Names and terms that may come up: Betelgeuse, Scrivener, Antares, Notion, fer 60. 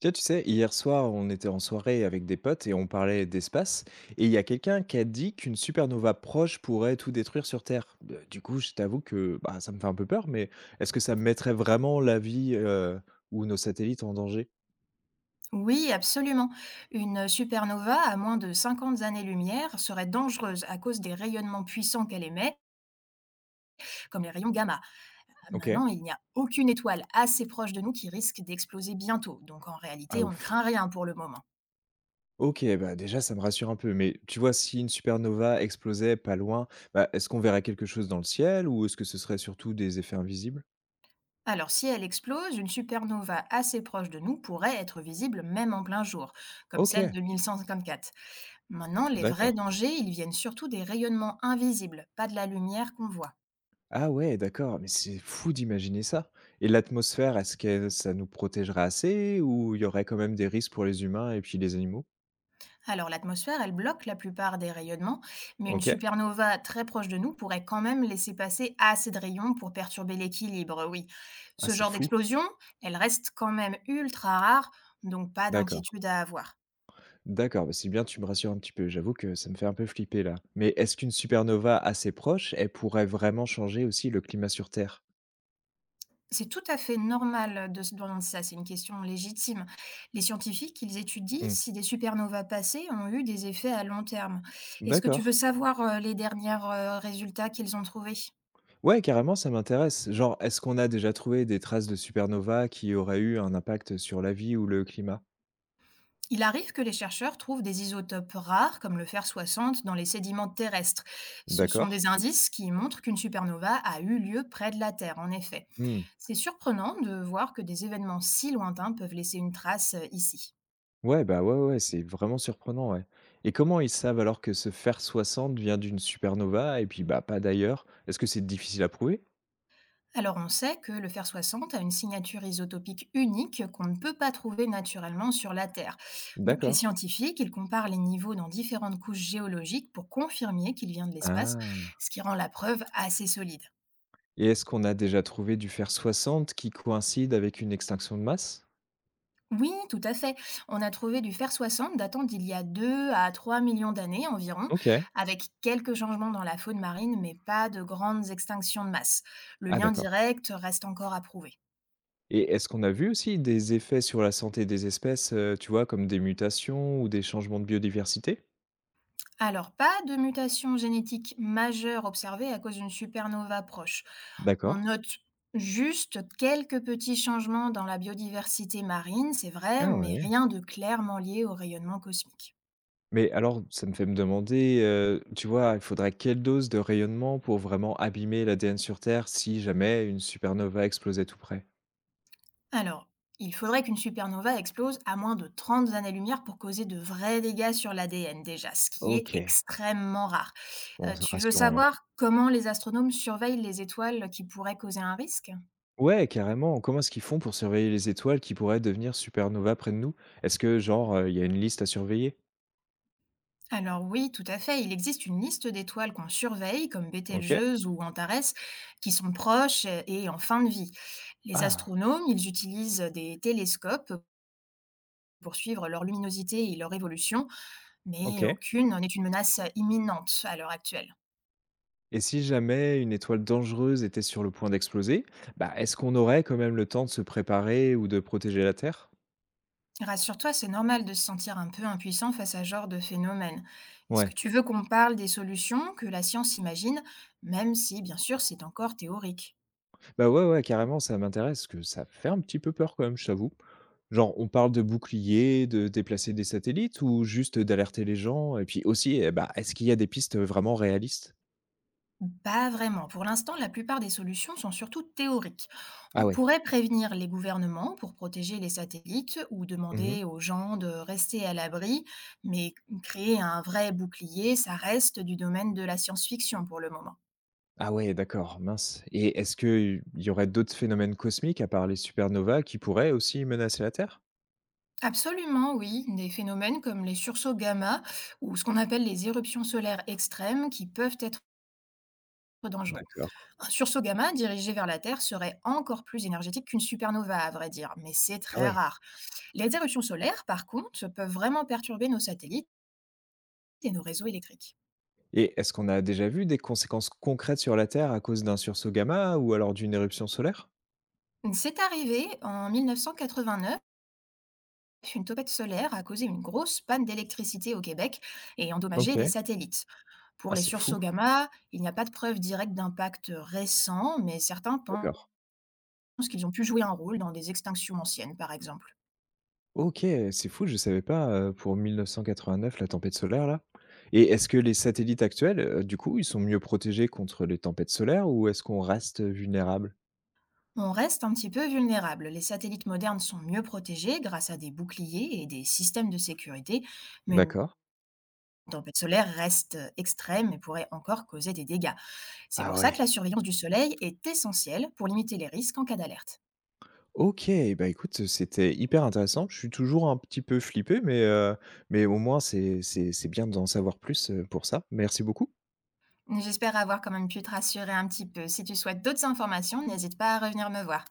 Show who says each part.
Speaker 1: Tu sais, hier soir, on était en soirée avec des potes et on parlait d'espace. Et il y a quelqu'un qui a dit qu'une supernova proche pourrait tout détruire sur Terre. Du coup, je t'avoue que bah, ça me fait un peu peur, mais est-ce que ça mettrait vraiment la vie ou nos satellites en danger?
Speaker 2: Oui, absolument. Une supernova à moins de 50 années-lumière serait dangereuse à cause des rayonnements puissants qu'elle émet, comme les rayons gamma.
Speaker 1: Ok.
Speaker 2: Maintenant, il n'y a aucune étoile assez proche de nous qui risque d'exploser bientôt, donc en
Speaker 1: Ah
Speaker 2: réalité, on ne
Speaker 1: ouf.
Speaker 2: craint rien pour le moment.
Speaker 1: Ok, bah déjà, ça me rassure un peu. Mais tu vois, si une supernova explosait pas loin, bah, est-ce qu'on verrait quelque chose dans le ciel ou est-ce que ce serait surtout des effets invisibles?
Speaker 2: Alors, si elle explose, une supernova assez proche de nous pourrait être visible même en plein jour, comme
Speaker 1: Ok,
Speaker 2: celle de 1154. Maintenant, les vrais
Speaker 1: d'accord.
Speaker 2: dangers, ils viennent surtout des rayonnements invisibles, pas de la lumière qu'on voit.
Speaker 1: Ah ouais, d'accord, mais c'est fou d'imaginer ça. Et l'atmosphère, est-ce que ça nous protégerait assez ou il y aurait quand même des risques pour les humains et puis les animaux?
Speaker 2: Alors l'atmosphère, elle bloque la plupart des rayonnements, mais une
Speaker 1: OK.
Speaker 2: supernova très proche de nous pourrait quand même laisser passer assez de rayons pour perturber l'équilibre, oui.
Speaker 1: Ah,
Speaker 2: Ce
Speaker 1: c'est
Speaker 2: genre
Speaker 1: fou.
Speaker 2: d'explosion, elle reste quand même ultra rare, donc pas
Speaker 1: D'accord.
Speaker 2: d'inquiétude à avoir.
Speaker 1: D'accord, bah, c'est bien, tu me rassures un petit peu. J'avoue que ça me fait un peu flipper là. Mais est-ce qu'une supernova assez proche, elle pourrait vraiment changer aussi le climat sur Terre?
Speaker 2: C'est tout à fait normal de se demander ça, c'est une question légitime. Les scientifiques, ils étudient
Speaker 1: Mmh.
Speaker 2: si des supernovas passées ont eu des effets à long terme. Est-ce que tu veux
Speaker 1: D'accord.
Speaker 2: savoir les derniers résultats qu'ils ont trouvés?
Speaker 1: Ouais, carrément, ça m'intéresse. Genre, est-ce qu'on a déjà trouvé des traces de supernova qui auraient eu un impact sur la vie ou le climat?
Speaker 2: Il arrive que les chercheurs trouvent des isotopes rares, comme le fer 60, dans les sédiments terrestres. Ce sont
Speaker 1: D'accord.
Speaker 2: des indices qui montrent qu'une supernova a eu lieu près de la Terre, en effet.
Speaker 1: Hmm.
Speaker 2: C'est surprenant de voir que des événements si lointains peuvent laisser une trace ici.
Speaker 1: Ouais, bah, ouais, ouais, c'est vraiment surprenant, ouais. Et comment ils savent alors que ce fer 60 vient d'une supernova et puis, bah, pas d'ailleurs? Est-ce que c'est difficile à prouver?
Speaker 2: Alors on sait que le fer 60 a une signature isotopique unique qu'on ne peut pas trouver naturellement sur la Terre. Donc les
Speaker 1: D'accord.
Speaker 2: scientifiques, ils comparent les niveaux dans différentes couches géologiques pour confirmer qu'il vient de l'espace,
Speaker 1: Ah.
Speaker 2: ce qui rend la preuve assez solide.
Speaker 1: Et est-ce qu'on a déjà trouvé du fer 60 qui coïncide avec une extinction de masse?
Speaker 2: Oui, tout à fait. On a trouvé du fer 60 datant d'il y a 2 à 3 millions d'années environ,
Speaker 1: OK.
Speaker 2: avec quelques changements dans la faune marine, mais pas de grandes extinctions de masse. Le
Speaker 1: Ah
Speaker 2: lien
Speaker 1: d'accord.
Speaker 2: direct reste encore à prouver.
Speaker 1: Et est-ce qu'on a vu aussi des effets sur la santé des espèces, tu vois, comme des mutations ou des changements de biodiversité?
Speaker 2: Alors, pas de mutation génétique majeure observée à cause d'une supernova proche. On
Speaker 1: D'accord.
Speaker 2: note juste quelques petits changements dans la biodiversité marine, c'est vrai,
Speaker 1: Ah
Speaker 2: mais
Speaker 1: ouais.
Speaker 2: rien de clairement lié au rayonnement cosmique.
Speaker 1: Mais alors, ça me fait me demander, tu vois, il faudrait quelle dose de rayonnement pour vraiment abîmer l'ADN sur Terre si jamais une supernova explosait tout près?
Speaker 2: Alors, il faudrait qu'une supernova explose à moins de 30 années-lumière pour causer de vrais dégâts sur l'ADN déjà, ce qui est
Speaker 1: OK.
Speaker 2: extrêmement rare.
Speaker 1: Bon, c'est
Speaker 2: Tu veux
Speaker 1: rassurant alors.
Speaker 2: savoir comment les astronomes surveillent les étoiles qui pourraient causer un risque?
Speaker 1: Ouais, carrément. Comment est-ce qu'ils font pour surveiller les étoiles qui pourraient devenir supernova près de nous? Est-ce que genre, il y a une liste à surveiller?
Speaker 2: Alors oui, tout à fait, il existe une liste d'étoiles qu'on surveille, comme
Speaker 1: OK.
Speaker 2: Betelgeuse ou Antares, qui sont proches et en fin de vie. Les
Speaker 1: Ah,
Speaker 2: astronomes, ils utilisent des télescopes pour suivre leur luminosité et leur évolution, mais
Speaker 1: OK.
Speaker 2: aucune n'est une menace imminente à l'heure actuelle.
Speaker 1: Et si jamais une étoile dangereuse était sur le point d'exploser, bah, est-ce qu'on aurait quand même le temps de se préparer ou de protéger la Terre?
Speaker 2: Rassure-toi, c'est normal de se sentir un peu impuissant face à ce genre de phénomène. Est-ce que
Speaker 1: Ouais.
Speaker 2: tu veux qu'on parle des solutions que la science imagine, même si, bien sûr, c'est encore théorique?
Speaker 1: Bah, ouais, ouais, carrément, ça m'intéresse, parce que ça fait un petit peu peur quand même, je t'avoue. Genre, on parle de boucliers, de déplacer des satellites ou juste d'alerter les gens? Et puis aussi, eh bah, est-ce qu'il y a des pistes vraiment réalistes?
Speaker 2: Pas vraiment. Pour l'instant, la plupart des solutions sont surtout théoriques.
Speaker 1: Ah
Speaker 2: On
Speaker 1: ouais.
Speaker 2: pourrait prévenir les gouvernements pour protéger les satellites ou
Speaker 1: Mmh.
Speaker 2: demander aux gens de rester à l'abri, mais créer un vrai bouclier, ça reste du domaine de la science-fiction pour le moment.
Speaker 1: Ah ouais, d'accord, mince. Et est-ce qu'il y aurait d'autres phénomènes cosmiques à part les supernovas qui pourraient aussi menacer la Terre?
Speaker 2: Absolument, oui. Des phénomènes comme les sursauts gamma ou ce qu'on appelle les éruptions solaires extrêmes qui peuvent être dangereux.
Speaker 1: D'accord.
Speaker 2: Un sursaut gamma dirigé vers la Terre serait encore plus énergétique qu'une supernova, à vrai dire, mais c'est
Speaker 1: Ah
Speaker 2: très
Speaker 1: ouais.
Speaker 2: rare. Les éruptions solaires, par contre, peuvent vraiment perturber nos satellites et nos réseaux électriques.
Speaker 1: Et est-ce qu'on a déjà vu des conséquences concrètes sur la Terre à cause d'un sursaut gamma ou alors d'une éruption solaire?
Speaker 2: C'est arrivé en 1989, une tempête solaire a causé une grosse panne d'électricité au Québec et endommagé des
Speaker 1: OK.
Speaker 2: satellites. Pour
Speaker 1: Ah,
Speaker 2: les
Speaker 1: c'est
Speaker 2: sursauts
Speaker 1: fou.
Speaker 2: gamma, il n'y a pas de preuve directe d'impact récent, mais certains
Speaker 1: D'accord.
Speaker 2: pensent qu'ils ont pu jouer un rôle dans des extinctions anciennes, par exemple.
Speaker 1: OK, c'est fou, je savais pas, pour 1989 la tempête solaire là. Et est-ce que les satellites actuels, du coup, ils sont mieux protégés contre les tempêtes solaires ou est-ce qu'on reste vulnérable?
Speaker 2: On reste un petit peu vulnérable. Les satellites modernes sont mieux protégés grâce à des boucliers et des systèmes de sécurité, mais une
Speaker 1: D'accord.
Speaker 2: tempête solaire reste extrême et pourrait encore causer des dégâts. C'est
Speaker 1: Ah
Speaker 2: pour ça que la
Speaker 1: ouais.
Speaker 2: surveillance du Soleil est essentielle pour limiter les risques en cas d'alerte.
Speaker 1: OK, bah, écoute, c'était hyper intéressant. Je suis toujours un petit peu flippé mais au moins c'est bien d'en savoir plus, pour ça. Merci beaucoup.
Speaker 2: J'espère avoir quand même pu te rassurer un petit peu. Si tu souhaites d'autres informations, n'hésite pas à revenir me voir.